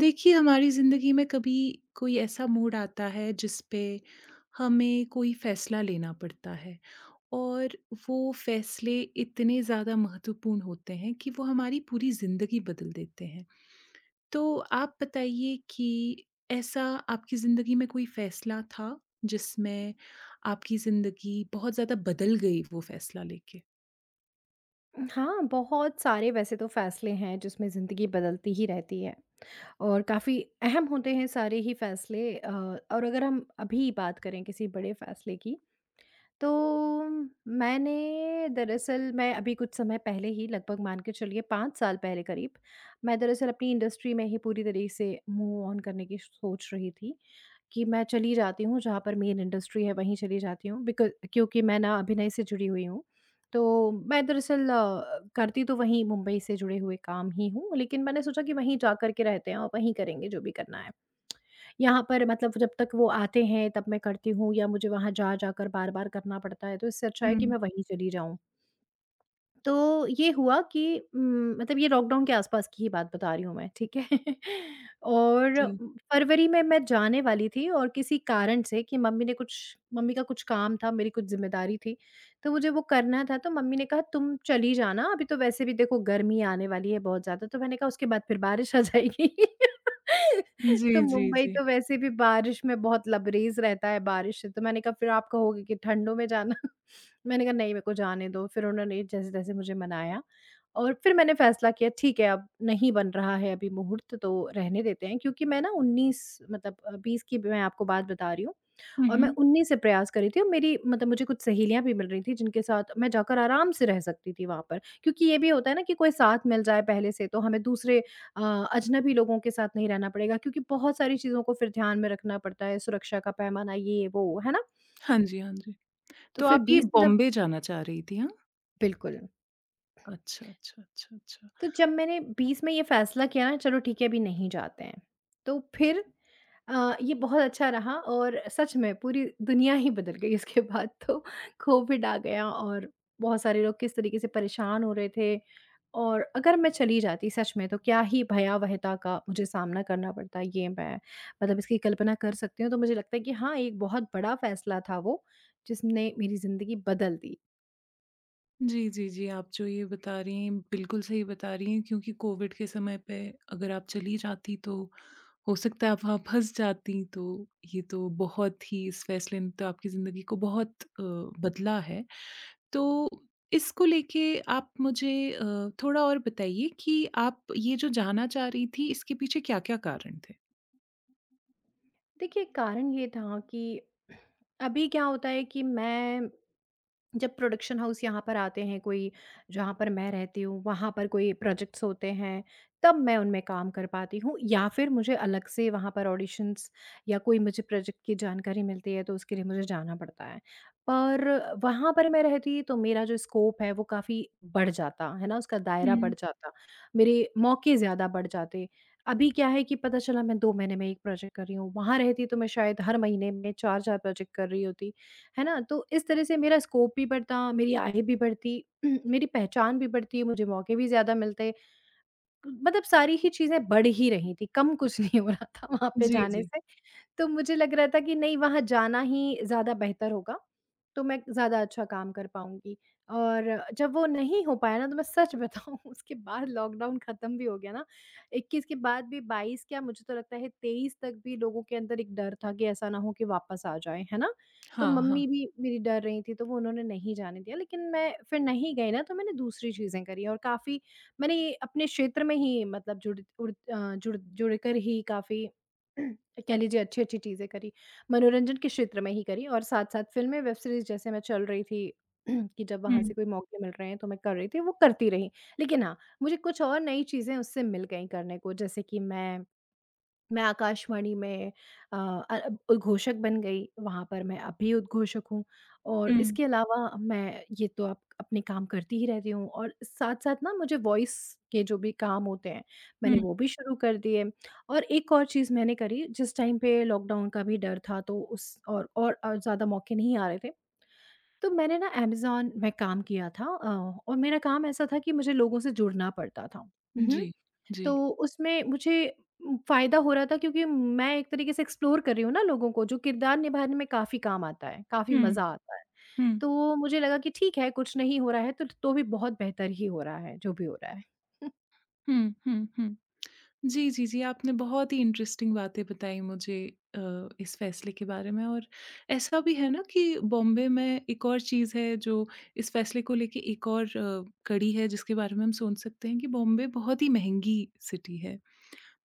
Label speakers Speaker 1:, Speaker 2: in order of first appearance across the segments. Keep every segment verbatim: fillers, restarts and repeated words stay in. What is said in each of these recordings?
Speaker 1: देखिए, हमारी ज़िंदगी में कभी कोई ऐसा मूड आता है जिस पे हमें कोई फ़ैसला लेना पड़ता है और वो फ़ैसले इतने ज़्यादा महत्वपूर्ण होते हैं कि वो हमारी पूरी ज़िंदगी बदल देते हैं। तो आप बताइए कि ऐसा आपकी ज़िंदगी में कोई फ़ैसला था जिसमें आपकी ज़िंदगी बहुत ज़्यादा बदल गई वो फ़ैसला लेके?
Speaker 2: हाँ, बहुत सारे वैसे तो फ़ैसले हैं जिसमें ज़िंदगी बदलती ही रहती है, और काफ़ी अहम होते हैं सारे ही फ़ैसले अ, और अगर हम अभी बात करें किसी बड़े फ़ैसले की, तो मैंने दरअसल मैं अभी कुछ समय पहले ही, लगभग मान के चलिए पाँच साल पहले करीब, मैं दरअसल अपनी इंडस्ट्री में ही पूरी तरह से मूव ऑन करने की सोच रही थी। कि मैं चली जाती हूँ जहाँ पर मेन इंडस्ट्री है वहीं चली जाती हूँ, बिकॉज़ क्योंकि मैं ना अभिनय से जुड़ी हुई हूँ। तो मैं दरअसल अ, करती तो वहीं मुंबई से जुड़े हुए काम ही हूँ, लेकिन मैंने सोचा कि वहीं जाकर के रहते हैं और वहीं करेंगे जो भी करना है। यहाँ पर मतलब जब तक वो आते हैं तब मैं करती हूँ, या मुझे वहाँ जा-जाकर बार-बार करना पड़ता है, तो इससे अच्छा है कि
Speaker 1: हुँ,
Speaker 2: मैं वहीं चली जाऊँ। तो ये हुआ कि उम, मतलब ये लॉकडाउन के आसपास की ही बात बता रही हूँ मैं, ठीक है? और
Speaker 1: जी।
Speaker 2: फरवरी में मैं जाने वाली थी, और किसी कारण से कि मम्मी ने कुछ मम्मी का कुछ काम था, मेरी कुछ ज़िम्मेदारी थी, तो मुझे वो करना था। तो मम्मी ने कहा, "तुम चली जाना, अभी तो वैसे भी देखो गर्मी आने वाली है बहुत ज़्यादा।" तो मैंने कहा, "उसके बाद फिर बारिश आ जाएगी।"
Speaker 1: जी,
Speaker 2: तो
Speaker 1: जी,
Speaker 2: मुंबई
Speaker 1: जी।
Speaker 2: तो वैसे भी बारिश में बहुत लबरेज़ रहता है बारिश से, तो मैंने कहा, "फिर आप कहोगे कि ठंडों में जाना।" मैंने कहा नहीं, मेरे को जाने दो। फिर उन्होंने जैसे-तैसे मुझे मनाया, और फिर मैंने फ़ैसला किया ठीक है अब नहीं बन रहा है अभी मुहूर्त, तो रहने देते हैं, क्योंकि मैं ना उन्नीस, मतलब अ, बीस की मैं आपको बात बता रही हूँ।
Speaker 1: हुँ,
Speaker 2: और मैं
Speaker 1: हुँ।
Speaker 2: उन्नीस से प्रयास कर रही थी, और मेरी मतलब मुझे कुछ सहेलियाँ भी मिल रही थी जिनके साथ मैं जाकर आराम से रह सकती थी वहाँ पर। क्योंकि ये भी होता है ना कि कोई साथ मिल जाए पहले से तो हमें दूसरे अ, अजनबी लोगों के साथ नहीं रहना पड़ेगा, क्योंकि बहुत सारी चीज़ों को फिर ध्यान में रखना पड़ता है, सुरक्षा का पैमाना ये वो, है ना?
Speaker 1: हाँ जी, हाँ जी।
Speaker 2: तो
Speaker 1: तो
Speaker 2: फिर
Speaker 1: आप ये
Speaker 2: बीस में जब,
Speaker 1: बॉम्बे जाना चाह रही थी, हाँ?
Speaker 2: बिल्कुल।
Speaker 1: अच्छा, अच्छा, अच्छा, अच्छा।
Speaker 2: तो जब मैंने बीच में ये फ़ैसला किया ना, चलो ठीक है अभी नहीं जाते हैं, तो फिर अ, ये बहुत अच्छा रहा, और सच में पूरी दुनिया ही बदल गई इसके बाद। तो कोविड आ गया, और बहुत सारे लोग किस तरीके से परेशान हो रहे थे, और अगर मैं चली जाती सच में तो क्या ही भयावहता का मुझे सामना करना पड़ता, ये मैं मतलब इसकी कल्पना कर सकती हूँ। तो मुझे लगता है कि हाँ, एक बहुत बड़ा फ़ैसला था वो, जिसने मेरी ज़िंदगी बदल दी।
Speaker 1: जी, जी, जी, आप जो ये बता रही हैं, बिल्कुल सही बता रही हैं क्योंकि कोविड के समय पे अगर आप चली जाती तो हो सकता है आप वहाँ फँस जाती, तो ये तो बहुत ही इस फैसले ने तो आपकी ज़िंदगी को बहुत अ, बदला है। तो इसको लेके आप मुझे अ, थोड़ा और बताइए कि आप ये जो जाना चाह रही थी, इसके पीछे क्या-क्या कारण थे?
Speaker 2: देखिए, कारण ये था कि अभी क्या होता है कि मैं, जब प्रोडक्शन हाउस यहाँ पर आते हैं कोई, जहाँ पर मैं रहती हूँ वहाँ पर कोई प्रोजेक्ट्स होते हैं, तब मैं उनमें काम कर पाती हूँ, या फिर मुझे अलग से वहाँ पर ऑडिशंस या कोई मुझे प्रोजेक्ट की जानकारी मिलती है तो उसके लिए मुझे जाना पड़ता है। पर वहाँ पर मैं रहती तो मेरा जो स्कोप है वो काफ़ी बढ़ जाता है ना, उसका दायरा
Speaker 1: हुँ।
Speaker 2: बढ़ जाता, मेरे मौके ज़्यादा बढ़ जाते। अभी क्या है कि पता चला मैं दो महीने में एक प्रोजेक्ट कर रही हूँ, वहाँ रहती तो मैं शायद हर महीने में चार चार प्रोजेक्ट कर रही होती, है ना? तो इस तरह से मेरा स्कोप भी बढ़ता, मेरी आय भी बढ़ती, मेरी पहचान भी बढ़ती, मुझे मौके भी ज़्यादा मिलते। मतलब सारी ही चीज़ें बढ़ ही रही थी, कम कुछ नहीं हो रहा था वहाँ पे
Speaker 1: जी,
Speaker 2: जाने
Speaker 1: जी।
Speaker 2: से। तो मुझे लग रहा था कि नहीं, वहाँ जाना ही ज़्यादा बेहतर होगा, तो मैं ज़्यादा अच्छा काम कर पाऊँगी। और जब वो नहीं हो पाया ना तो मैं सच बताऊँ, उसके बाद लॉकडाउन ख़त्म भी हो गया ना, इक्कीस के बाद भी बाईस, क्या मुझे तो लगता है तेईस तक भी लोगों के अंदर एक डर था कि ऐसा ना हो कि वापस आ जाएँ, है ना? तो
Speaker 1: हाँ, हाँ।
Speaker 2: मम्मी भी मेरी डर रही थी, तो वो उन्होंने नहीं जाने दिया, लेकिन मैं फिर नहीं गई ना, तो मैंने दूसरी चीज़ें करी, और काफ़ी मैंने ये अपने क्षेत्र में ही, मतलब जुड़ उड़ अ, जुड़ जुड़कर ही काफ़ी कह लीजिए अच्छी-अच्छी चीज़ें करी। मनोरंजन के क्षेत्र में ही करी, और साथ-साथ फ़िल्में, वेब सीरीज़ जैसे मैं चल रही थी कि जब वहाँ
Speaker 1: हुँ,
Speaker 2: से कोई मौके मिल रहे हैं तो मैं कर रही थी, वो करती रही। लेकिन हाँ, मुझे कुछ और नई चीज़ें उससे मिल गईं करने को। जैसे कि मैं मैं आकाशवाणी में अ, अ, उद्घोषक बन गई, वहाँ पर मैं अब भी उद्घोषक हूँ। और
Speaker 1: हुँ,
Speaker 2: इसके अलावा मैं ये तो आप अपने काम करती ही रहती हूँ, और साथ-साथ ना मुझे वॉइस के जो भी काम होते हैं, मैंने
Speaker 1: हुँ।
Speaker 2: वो भी शुरू कर दिए। और एक और चीज़ मैंने करी, जिस टाइम पे लॉकडाउन का भी डर था, तो उस और और अ, ज़्यादा मौके नहीं आ रहे थे, तो मैंने ना अमेज़न में काम किया था अ, और मेरा काम ऐसा था कि मुझे लोगों से जुड़ना पड़ता था। हुँ।
Speaker 1: जी, जी।
Speaker 2: तो उसमें मुझे उम, फ़ायदा हो रहा था, क्योंकि मैं एक तरीके से एक्सप्लोर कर रही हूँ ना लोगों को, जो किरदार निभाने में काफ़ी काम आता है, काफ़ी
Speaker 1: हुँ,
Speaker 2: मज़ा आता है।
Speaker 1: हुँ।
Speaker 2: तो मुझे लगा कि ठीक है, कुछ नहीं हो रहा है तो तो भी बहुत बेहतर ही हो रहा है, जो भी हो रहा है।
Speaker 1: हुँ, हुँ, हुँ। जी, जी, जी, आपने बहुत ही इंटरेस्टिंग बातें बताई मुझे अ, इस फ़ैसले के बारे में और ऐसा भी है ना कि बॉम्बे में एक और चीज़ है जो इस फ़ैसले को लेके एक और अ, कड़ी है जिसके बारे में हम सोच सकते हैं कि बॉम्बे बहुत ही महँगी सिटी है।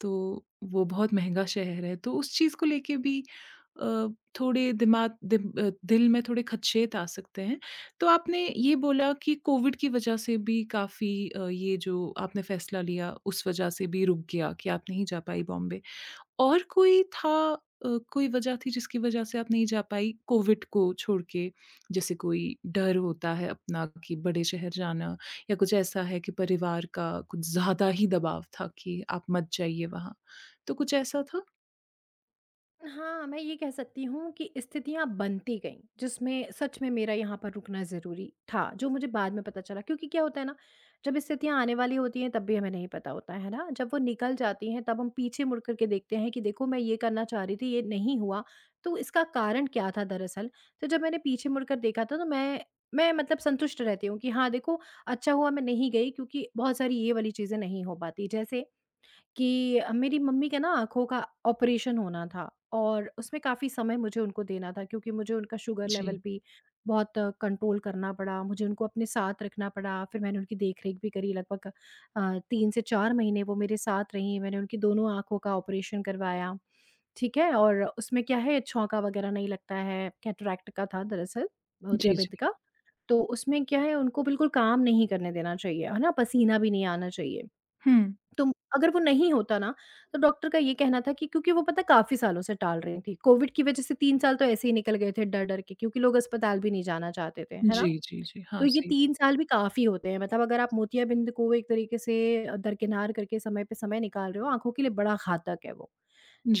Speaker 1: तो वो बहुत महँगा शहर है, तो उस चीज़ को लेके भी अ, थोड़े दिमाग दिम अ, दिल में थोड़े खदशेत आ सकते हैं। तो आपने ये बोला कि कोविड की वजह से भी काफ़ी अ, ये जो आपने फ़ैसला लिया, उस वजह से भी रुक गया कि आप नहीं जा पाई बॉम्बे। और कोई था अ, कोई वजह थी जिसकी वजह से आप नहीं जा पाई कोविड को छोड़ के? जैसे कोई डर होता है अपना कि बड़े शहर जाना या कुछ ऐसा है कि परिवार का कुछ ज़्यादा ही दबाव था कि आप मत जाइए वहाँ। तो कुछ ऐसा था?
Speaker 2: हाँ, मैं ये कह सकती हूँ कि स्थितियाँ बनती गईं, जिसमें सच में मेरा यहाँ पर रुकना ज़रूरी था, जो मुझे बाद में पता चला, क्योंकि क्या होता है ना, जब स्थितियाँ आने वाली होती हैं तब भी हमें नहीं पता होता है, है ना? जब वो निकल जाती हैं तब हम पीछे मुड़ कर के देखते हैं कि देखो मैं ये करना चाह रही थी, ये नहीं हुआ, तो इसका कारण क्या था दरअसल? तो जब मैंने पीछे मुड़कर देखा था तो मैं मैं मतलब संतुष्ट रहती हूँ कि हाँ, देखो अच्छा हुआ मैं नहीं गई, क्योंकि बहुत सारी ये वाली चीज़ें नहीं हो पाती। जैसे कि अ, मेरी मम्मी का ना आँखों का ऑपरेशन होना था, और उसमें काफ़ी समय मुझे उनको देना था, क्योंकि मुझे उनका शुगर
Speaker 1: जी।
Speaker 2: लेवल भी बहुत कंट्रोल करना पड़ा, मुझे उनको अपने साथ रखना पड़ा। फिर मैंने उनकी देख-रेख भी करी, लगभग अ, तीन से चार महीने वो मेरे साथ रहीं। मैंने उनकी दोनों आँखों का ऑपरेशन करवाया, ठीक है? और उसमें क्या है छौंका वगैरह नहीं लगता है, कैटरैक्ट का था दरअसल,
Speaker 1: जी, जी।
Speaker 2: मोतियाबिंद का। तो उसमें क्या है उनको बिल्कुल काम नहीं करने देना चाहिए, है ना? पसीना भी नहीं आना चाहिए।
Speaker 1: हुँ।
Speaker 2: तो अगर वो नहीं होता ना, तो डॉक्टर का ये कहना था कि, क्योंकि वो पता है काफ़ी सालों से टाल रही थी। कोविड की वजह से तीन साल तो ऐसे ही निकल गए थे डर-डर के, क्योंकि लोग अस्पताल भी नहीं जाना चाहते थे, है ना?
Speaker 1: जी, जी, जी।
Speaker 2: तो
Speaker 1: हाँ,
Speaker 2: ये
Speaker 1: सही।
Speaker 2: तीन साल भी काफ़ी होते हैं, मतलब अगर आप मोतियाबिंद को एक तरीके से अ, दरकिनार करके समय पे समय निकाल रहे हो, आँखों के लिए बड़ा घातक है वो।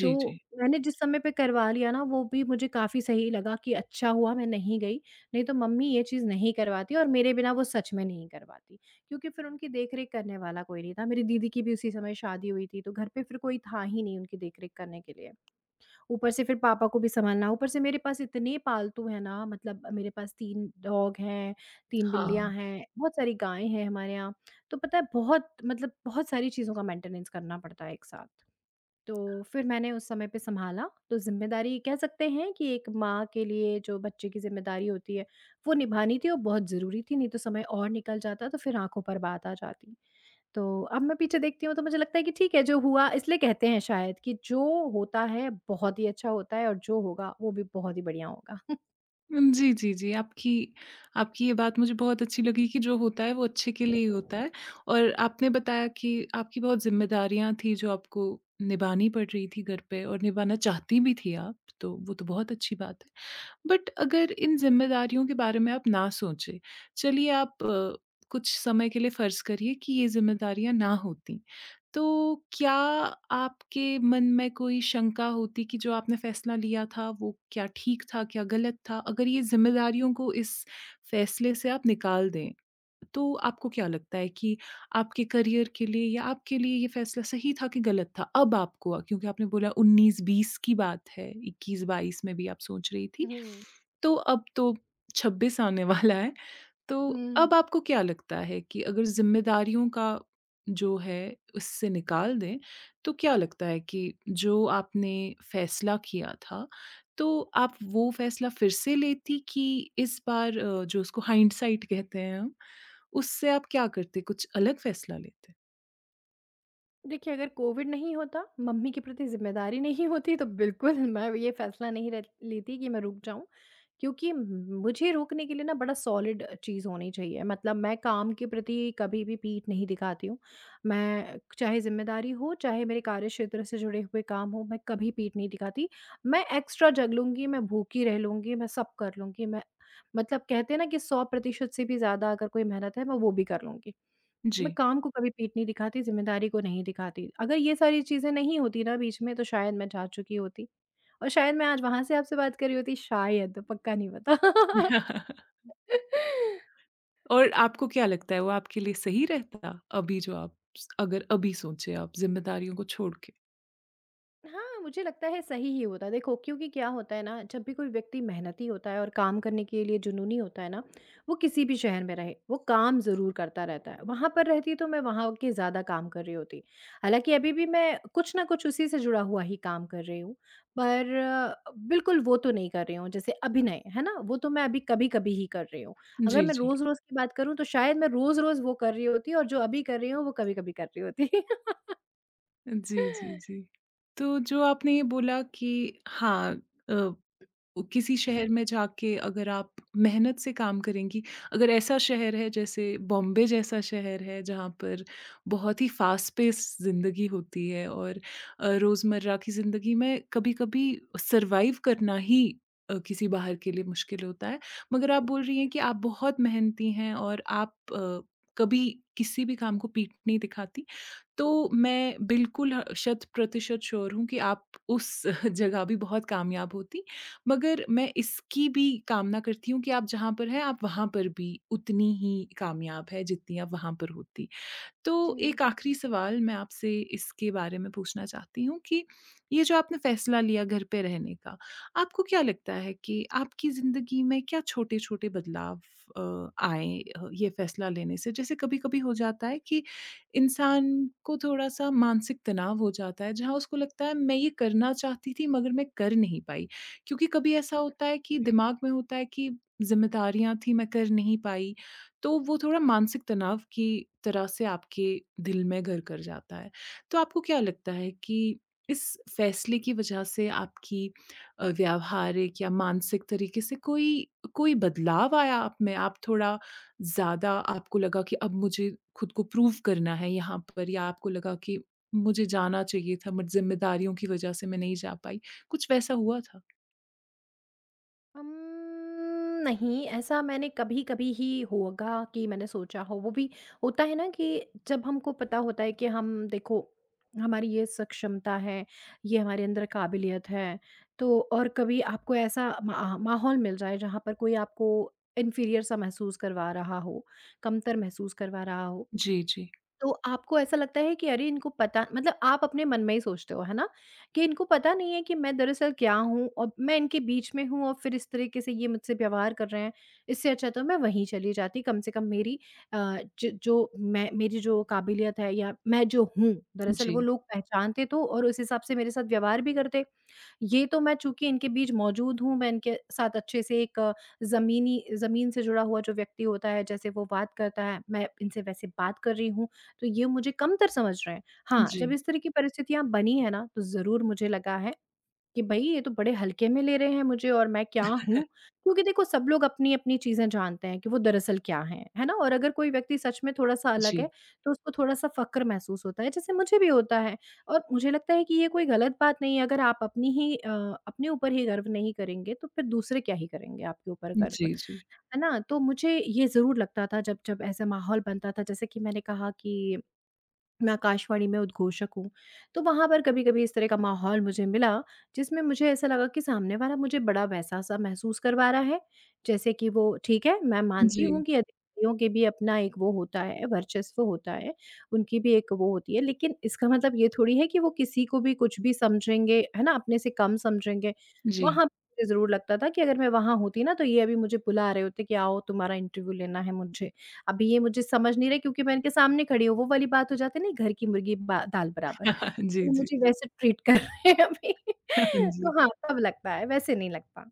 Speaker 2: तो
Speaker 1: जी।
Speaker 2: मैंने जिस समय पे करवा लिया ना, वो भी मुझे काफ़ी सही लगा कि अच्छा हुआ मैं नहीं गई, नहीं तो मम्मी ये चीज़ नहीं करवाती, और मेरे बिना वो सच में नहीं करवाती, क्योंकि फिर उनकी देख-रेख करने वाला कोई नहीं था। मेरी दीदी की भी उसी समय शादी हुई थी, तो घर पे फिर कोई था ही नहीं उनकी देख-रेख करने के लिए। ऊपर से फिर पापा को भी सँभालना, ऊपर से मेरे पास इतने पालतू हैं ना, मतलब मेरे पास तीन डॉग हैं, तीन
Speaker 1: हाँ।
Speaker 2: बिल्लियाँ हैं, बहुत सारी गायें हैं हमारे यहाँ। तो पता है बहुत, मतलब बहुत सारी चीज़ों का मेंटेनेंस करना पड़ता है एक साथ। तो फिर मैंने उस समय पे सँभाला, तो ज़िम्मेदारी कह सकते हैं कि एक माँ के लिए जो बच्चे की ज़िम्मेदारी होती है, वो निभानी थी और बहुत ज़रूरी थी, नहीं तो समय और निकल जाता तो फिर आँखों पर बात आ जाती। तो अब मैं पीछे देखती हूँ तो मुझे लगता है कि ठीक है जो हुआ, इसलिए कहते हैं शायद कि जो होता है बहुत ही अच्छा होता है, और जो होगा वो भी बहुत ही बढ़िया होगा।
Speaker 1: उम, जी, जी, जी। आपकी आपकी ये बात मुझे बहुत अच्छी लगी कि जो होता है वो अच्छे के लिए ही होता है और आपने बताया कि आपकी बहुत ज़िम्मेदारियाँ थी जो आपको निभानी पड़ रही थी घर पे और निभाना चाहती भी थी आप, तो वो तो बहुत अच्छी बात है। बट अगर इन ज़िम्मेदारियों के बारे में आप ना सोचें, चलिए आप अ, कुछ समय के लिए फ़र्ज़ करिए कि ये ज़िम्मेदारियाँ ना होतीं, तो क्या आपके मन में कोई शंका होती कि जो आपने फ़ैसला लिया था वो क्या ठीक था, क्या गलत था? अगर ये ज़िम्मेदारियों को इस फ़ैसले से आप निकाल दें। तो आपको क्या लगता है कि आपके करियर के लिए या आपके लिए ये फैसला सही था कि गलत था? अब आपको क्योंकि आपने बोला उन्नीस बीस की बात है, इक्कीस बाईस में भी आप सोच रही थी,
Speaker 2: हुँ।
Speaker 1: तो अब तो छब्बीस आने वाला है। तो
Speaker 2: हुँ, हुँ,
Speaker 1: अब आपको क्या लगता है कि अगर ज़िम्मेदारियों का जो है उससे निकाल दें, तो क्या लगता है कि जो आपने फैसला किया था, तो आप वो फैसला फिर से लेती कि इस बार अ, जो उसको हाइंडसाइट कहते हैं हम उससे आप क्या करते? कुछ अलग फ़ैसला लेते?
Speaker 2: देखिए, अगर कोविड नहीं होता, मम्मी के प्रति ज़िम्मेदारी नहीं होती, तो बिल्कुल मैं ये फ़ैसला नहीं रह लेती कि मैं रुक जाऊँ, क्योंकि मुझे रोकने के लिए ना बड़ा सॉलिड चीज़ होनी चाहिए। मतलब मैं काम के प्रति कभी भी पीठ नहीं दिखाती हूँ। मैं चाहे ज़िम्मेदारी हो, चाहे मेरे कार्यक्षेत्र से जुड़े हुए काम हों, मैं कभी पीठ नहीं दिखाती। मैं एक्स्ट्रा जग लूँगी, मैं भूखी रह लूँगी, मैं सब कर लूँगी। मैं मतलब कहते हैं ना कि सौ प्रतिशत से भी ज़्यादा अगर कोई मेहनत है, मैं वो भी कर लूँगी।
Speaker 1: जी।
Speaker 2: मैं काम को कभी पीठ नहीं दिखाती, ज़िम्मेदारी को नहीं दिखाती। अगर ये सारी चीज़ें नहीं होती ना बीच में तो शायद मैं जा चुकी होती और शायद मैं आज वहाँ से आपसे बात कर रही होती शायद, पक्का नहीं पता।
Speaker 1: और आपको क्या लगता है वो आपके लिए सही रहता? अभी जो आप स अगर अभी सोचें आप ज़िम्मेदारियों को छोड़ के?
Speaker 2: हाँ, मुझे लगता है सही ही होता है। देखो क्योंकि क्या होता है ना जब भी कोई व्यक्ति मेहनती होता है और काम करने के लिए जुनूनी होता है ना, वो किसी भी शहर में रहे, वो काम ज़रूर करता रहता है। वहाँ पर रहती तो मैं वहाँ के ज़्यादा काम कर रही होती। हालाँकि अभी भी मैं कुछ न कुछ उसी से जुड़ा हुआ ही काम कर रही हूँ, पर अ, बिल्कुल वो तो नहीं कर रही हूँ जैसे अभिनय, है ना? वो तो मैं अभी कभी-कभी ही कर रही हूँ। अगर
Speaker 1: जी,
Speaker 2: मैं
Speaker 1: जी।
Speaker 2: रोज़-रोज़ की बात करूँ तो शायद मैं रोज़-रोज़ वो कर रही होती और जो अभी कर रही हूँ वो कभी-कभी कर रही होती।
Speaker 1: जी, जी, जी। तो जो आपने ये बोला कि हाँ अ वो किसी शहर में जाके अगर आप मेहनत से काम करेंगी अगर ऐसा शहर है जैसे बॉम्बे जैसा शहर है जहाँ पर बहुत ही फ़ास्ट पेस ज़िंदगी होती है और अ, रोज़मर्रा की ज़िंदगी में कभी-कभी सर्वाइव करना ही अ, किसी बाहर के लिए मुश्किल होता है। मगर आप बोल रही हैं कि आप बहुत मेहनती हैं और आप अ, कभी किसी भी काम को पीठ नहीं दिखाती। तो मैं बिल्कुल ह शत-प्रतिशत श्योर हूँ कि आप उस जगह भी बहुत कामयाब होतीं, मगर मैं इसकी भी कामना करती हूँ कि आप जहाँ पर हैं, आप वहाँ पर भी उतनी ही कामयाब हैं, जितनी आप वहाँ पर होतीं।
Speaker 2: जी।
Speaker 1: तो एक आखिरी सवाल मैं आपसे इसके बारे में पूछना चाहती हूँ कि ये जो आपने फ़ैसला लिया घर पे रहने का, आपको क्या लगता है कि आपकी ज़िंदगी में क्या छोटे-छोटे बदलाव अ, आए अ, ये फ़ैसला लेने से? जैसे कभी-कभी हो जाता है कि इंसान को थोड़ा-सा मानसिक तनाव हो जाता है, जहाँ उसको लगता है मैं ये करना चाहती थी मगर मैं कर नहीं पाई। क्योंकि कभी ऐसा होता है कि दिमाग में होता है कि ज़िम्मेदारियाँ थी, मैं कर नहीं पाई तो वो थोड़ा मानसिक तनाव की तरह से आपके दिल में घर कर जाता है। तो आपको क्या लगता है कि इस फ़ैसले की वजह से आपकी अ, व्यावहारिक या मानसिक तरीके से कोई कोई बदलाव आया आप में? आप थोड़ा ज़्यादा आपको लगा कि अब मुझे खुद को प्रूव करना है यहाँ पर या आपको लगा कि मुझे जाना चाहिए था, बट ज़िम्मेदारियों की वजह से मैं नहीं जा पाई? कुछ वैसा हुआ था?
Speaker 2: उम्म, नहीं, ऐसा मैंने कभी-कभी ही होगा कि मैंने सोचा हो। वो भी होता है ना कि जब हमको पता होता है कि हम देखो, हमारी ये सक्षमता है, ये हमारे अंदर काबिलियत है, तो और कभी आपको ऐसा मा माहौल मिल जाए जहाँ पर कोई आपको इन्फीरियर सा महसूस करवा रहा हो, कमतर महसूस करवा रहा हो,
Speaker 1: जी, जी।
Speaker 2: तो आपको ऐसा लगता है कि अरे इनको पता मतलब आप अपने मन में ही सोचते हो, है ना? कि इनको पता नहीं है कि मैं दरअसल क्या हूँ और मैं इनके बीच में हूँ और फिर इस तरीके से ये मुझसे व्यवहार कर रहे हैं। इससे अच्छा तो मैं वहीं चली जाती, कम से कम मेरी अ, ज जो मैं मेरी जो काबिलियत है या मैं जो हूँ, दरअसल वो
Speaker 1: जी,
Speaker 2: लोग पहचानते तो और उस हिसाब से मेरे साथ व्यवहार भी करते। ये तो मैं चूँकि इनके बीच मौजूद हूँ, मैं इनके साथ अच्छे से एक ज़मीनी ज़मीन से जुड़ा हुआ जो व्यक्ति होता है, जैसे वो बात करता है, मैं इनसे वैसे बात कर रही हूँ। तो ये मुझे कमतर समझ रहे हैं। हाँ,
Speaker 1: जी,
Speaker 2: जब इस तरह की परिस्थितियाँ बनी है ना, तो ज़रूर मुझे लगा है कि भई ये तो बड़े हल्के में ले रहे हैं मुझे और मैं क्या हूँ? क्योंकि देखो सब लोग अपनी-अपनी चीज़ें जानते हैं कि वो दरअसल क्या हैं, है ना? और अगर कोई व्यक्ति सच में थोड़ा-सा अलग
Speaker 1: जी।
Speaker 2: है, तो उसको थोड़ा-सा फ़क्र महसूस होता है, जैसे मुझे भी होता है। और मुझे लगता है कि ये कोई गलत बात नहीं है, अगर आप अपनी ही अ, अपने ऊपर ही गर्व नहीं करेंगे, तो फिर दूसरे क्या ही करेंगे आपके ऊपर गर्व,
Speaker 1: जी, जी।
Speaker 2: है ना? तो मुझे ये ज़रूर लगता था जब जब ऐसा माहौल बनता था, जैसे कि मैंने कहा कि मैं आकाशवाणी में उद्घोषक हूँ। तो वहाँ पर कभी-कभी इस तरह का माहौल मुझे मिला, जिसमें मुझे ऐसा लगा कि सामने वाला मुझे बड़ा वैसा-सा महसूस करवा रहा है, जैसे कि वो ठीक है, मैं
Speaker 1: जी,
Speaker 2: मानती
Speaker 1: जी।
Speaker 2: हूँ कि अधिकारियों के भी अपना एक वो होता है, वर्चस्व होता है, उनकी भी एक वो होती है, लेकिन इसका मतलब ये थोड़ी है कि वो किसी को भी कुछ भी समझेंगे, है ना? अपने से कम समझेंगे।
Speaker 1: जी
Speaker 2: वहाँ पे मुझे ज़रूर लगता था कि अगर मैं वहाँ होती ना, तो ये अभी मुझे बुला रहे होते कि आओ तुम्हारा इंटरव्यू लेना है मुझे। अभी ये मुझे समझ नहीं रहा क्योंकि मैं इनके सामने खड़ी हूँ, वो वाली बात हो जाती है ना घर की मुर्गी बा दाल बराबर।
Speaker 1: जी,
Speaker 2: वो
Speaker 1: जी।
Speaker 2: मुझे वैसे ट्रीट कर रहे हैं अभी।
Speaker 1: जी।
Speaker 2: तो हाँ, तब लगता है, वैसे नहीं लगता।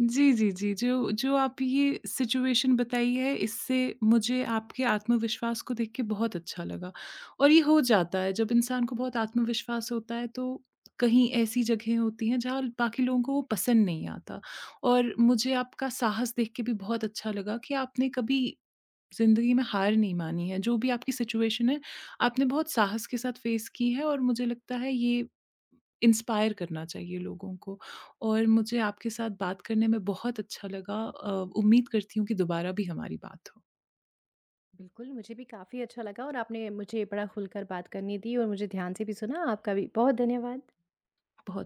Speaker 1: जी, जी, जी। जो जो आप ये सिचुएशन बताई है इससे मुझे आपके आत्मविश्वास को देख के बहुत अच्छा लगा। और ये हो जाता है जब इंसान को बहुत आत्मविश्वास होता है तो कहीं ऐसी जगहें होती हैं जहाँ बाकी लोगों को वो पसंद नहीं आता। और मुझे आपका साहस देख के भी बहुत अच्छा लगा कि आपने कभी ज़िंदगी में हार नहीं मानी है, जो भी आपकी सिचुएशन है, आपने बहुत साहस के साथ फेस की है और मुझे लगता है ये इंस्पायर करना चाहिए लोगों को और मुझे आपके साथ बात करने में बहुत अच्छा लगा अ, उम्मीद करती हूँ कि दोबारा भी हमारी बात हो।
Speaker 2: बिल्कुल, मुझे भी काफ़ी अच्छा लगा और आपने मुझे बड़ा खुलकर बात करने दी और मुझे ध्यान से भी सुना। आपका भी बहुत धन्यवाद।
Speaker 1: बहुत